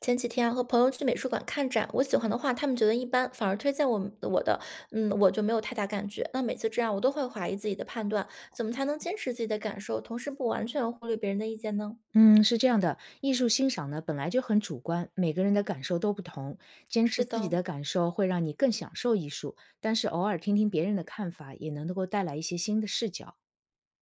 前几天啊和朋友去美术馆看展，我喜欢的画他们觉得一般，反而推荐我的，嗯，我就没有太大感觉。那每次这样，我都会怀疑自己的判断，怎么才能坚持自己的感受，同时不完全忽略别人的意见呢？嗯，是这样的，艺术欣赏呢本来就很主观，每个人的感受都不同。坚持是自己的，的感受会让你更享受艺术，但是偶尔听听别人的看法，也能够带来一些新的视角。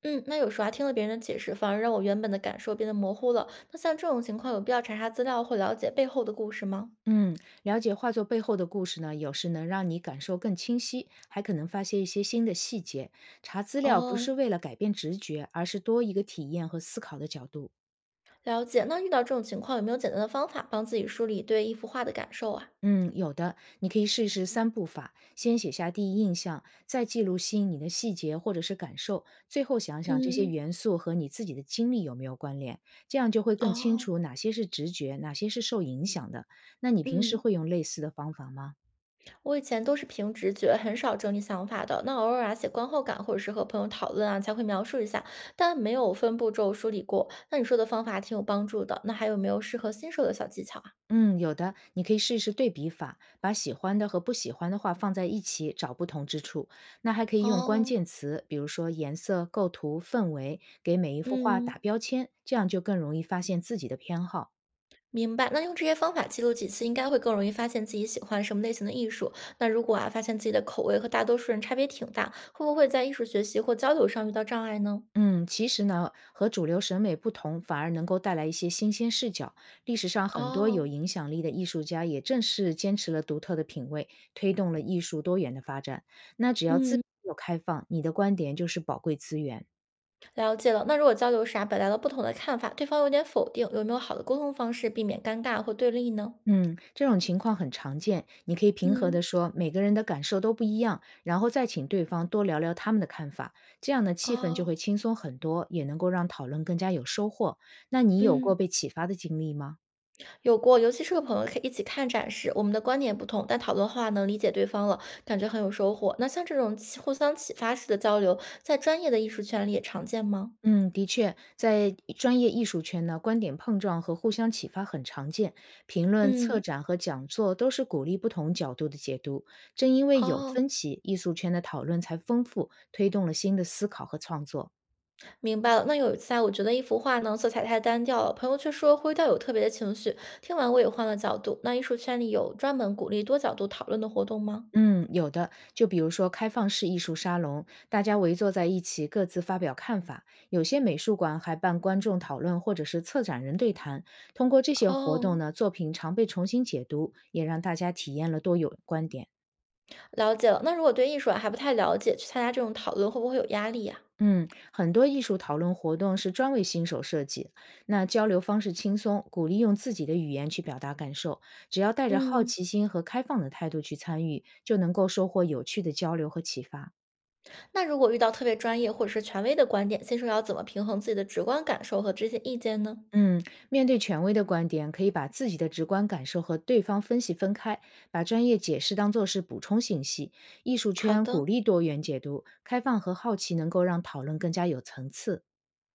嗯，那有时候啊，听了别人的解释，反而让我原本的感受变得模糊了。那像这种情况，有必要查查资料或了解背后的故事吗？嗯，了解画作背后的故事呢，有时能让你感受更清晰，还可能发现一些新的细节。查资料不是哦，为了改变直觉，而是多一个体验和思考的角度。了解。那遇到这种情况，有没有简单的方法帮自己梳理对一幅画的感受啊？嗯，有的，你可以试一试三步法，先写下第一印象，再记录吸引你的细节或者是感受，最后想想这些嗯，元素和你自己的经历有没有关联，这样就会更清哦，楚哪些是直觉，哪些是受影响的。那你平时嗯。会用类似的方法吗？我以前都是凭直觉，很少整理想法的。那偶尔啊，写观后感，或者是和朋友讨论啊，才会描述一下，但没有分步骤梳理过。那你说的方法挺有帮助的。那还有没有适合新手的小技巧啊？嗯，有的，你可以试一试对比法，把喜欢的和不喜欢的话放在一起，找不同之处。那还可以用关哦，键词，比如说颜色、构图、氛围，给每一幅画嗯，打标签，这样就更容易发现自己的偏好。明白。那用这些方法记录几次，应该会更容易发现自己喜欢什么类型的艺术。那如果啊，发现自己的口味和大多数人差别挺大，会不会在艺术学习或交流上遇到障碍呢？嗯，其实呢，和主流审美不同，反而能够带来一些新鲜视角。历史上很多有哦，影响力的艺术家，也正是坚持了独特的品味，推动了艺术多元的发展。那只要自嗯。由开放，你的观点就是宝贵资源。了解了。那如果交流啥表达了不同的看法，对方有点否定，有没有好的沟通方式避免尴尬或对立呢？嗯，这种情况很常见。你可以平和嗯，地说，每个人的感受都不一样，然后再请对方多聊聊他们的看法，这样呢，气氛就哦，会轻松很多，也能够让讨论更加有收获。那你有过嗯，被启发的经历吗？有过，尤其是和朋友可以一起看展时，我们的观点不同，但讨论后啊能理解对方了，感觉很有收获。那像这种启互相启发式的交流，在专业的艺术圈里也常见吗？嗯，的确，在专业艺术圈呢，观点碰撞和互相启发很常见。评论、策嗯，展和讲座都是鼓励不同角度的解读。正因为有分哦，歧，艺术圈的讨论才丰富，推动了新的思考和创作。明白了。那有一次啊，我觉得一幅画呢色彩太单调了，朋友却说灰调有特别的情绪。听完我也换了角度。那艺术圈里有专门鼓励多角度讨论的活动吗？嗯，有的，就比如说开放式艺术沙龙，大家围坐在一起，各自发表看法。有些美术馆还办观众讨论或者是策展人对谈。通过这些活动哦，呢，作品常被重新解读，也让大家体验了多有观点。了解了。那如果对艺术啊还不太了解，去参加这种讨论会不会有压力呀？嗯，很多艺术讨论活动是专为新手设计，那交流方式轻松，鼓励用自己的语言去表达感受，只要带着好嗯，奇心和开放的态度去参与，就能够收获有趣的交流和启发。那如果遇到特别专业或者是权威的观点，新手要怎么平衡自己的直观感受和这些意见呢？嗯，面对权威的观点，可以把自己的直观感受和对方分析分开，把专业解释当做是补充信息。艺术好圈鼓的，励多元解读，开放和好奇能够让讨论更加有层次。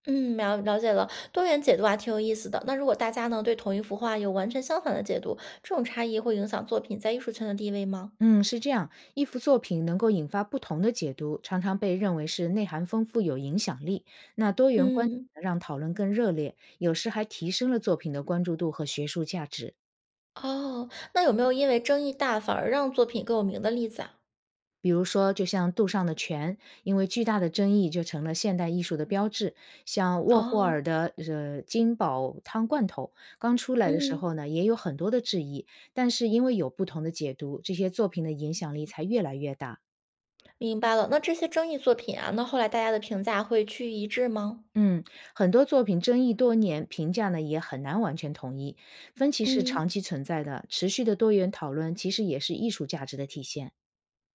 嗯，了解了。多元解读啊，挺有意思的。那如果大家呢对同一幅画有完全相反的解读，这种差异会影响作品在艺术圈的地位吗？嗯，是这样，一幅作品能够引发不同的解读，常常被认为是内涵丰富、有影响力。那多元观嗯，点让讨论更热烈，有时还提升了作品的关注度和学术价值。哦，那有没有因为争议大反而让作品更有名的例子啊？比如说，就像杜尚的《泉》，因为巨大的争议就成了现代艺术的标志。像沃霍哦，尔的《金宝汤罐头》，刚出来的时嗯。候呢，也有很多的质疑，但是因为有不同的解读，这些作品的影响力才越来越大。明白了，那这些争议作品啊，那后来大家的评价会趋于一致吗？嗯，很多作品争议多年，评价呢也很难完全统一。分歧是嗯，长期存在的，持续的多元讨论其实也是艺术价值的体现。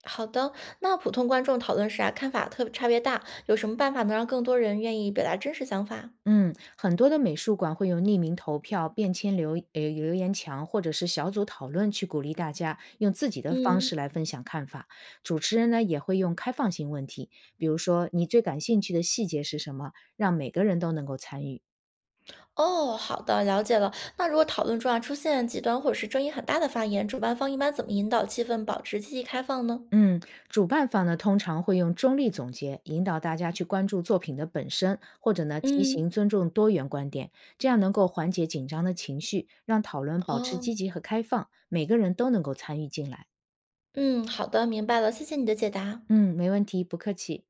好的。那普通观众讨论时啊，看法特差别大，有什么办法能让更多人愿意表达真实想法？嗯，很多的美术馆会用匿名投票、便签留言墙或者是小组讨论去鼓励大家用自己的方嗯，式来分享看法。主持人呢也会用开放性问题，比如说你最感兴趣的细节是什么，让每个人都能够参与。哦，好的，了解了。那如果讨论中啊出现极端或者是争议很大的发言，主办方一般怎么引导气氛保持积极开放呢？嗯，主办方呢通常会用中立总结引导大家去关注作品的本身，或者呢提嗯，醒尊重多元观点，这样能够缓解紧张的情绪，让讨论保持哦，积极和开放，每个人都能够参与进来。嗯，好的，明白了，谢谢你的解答。嗯，没问题，不客气。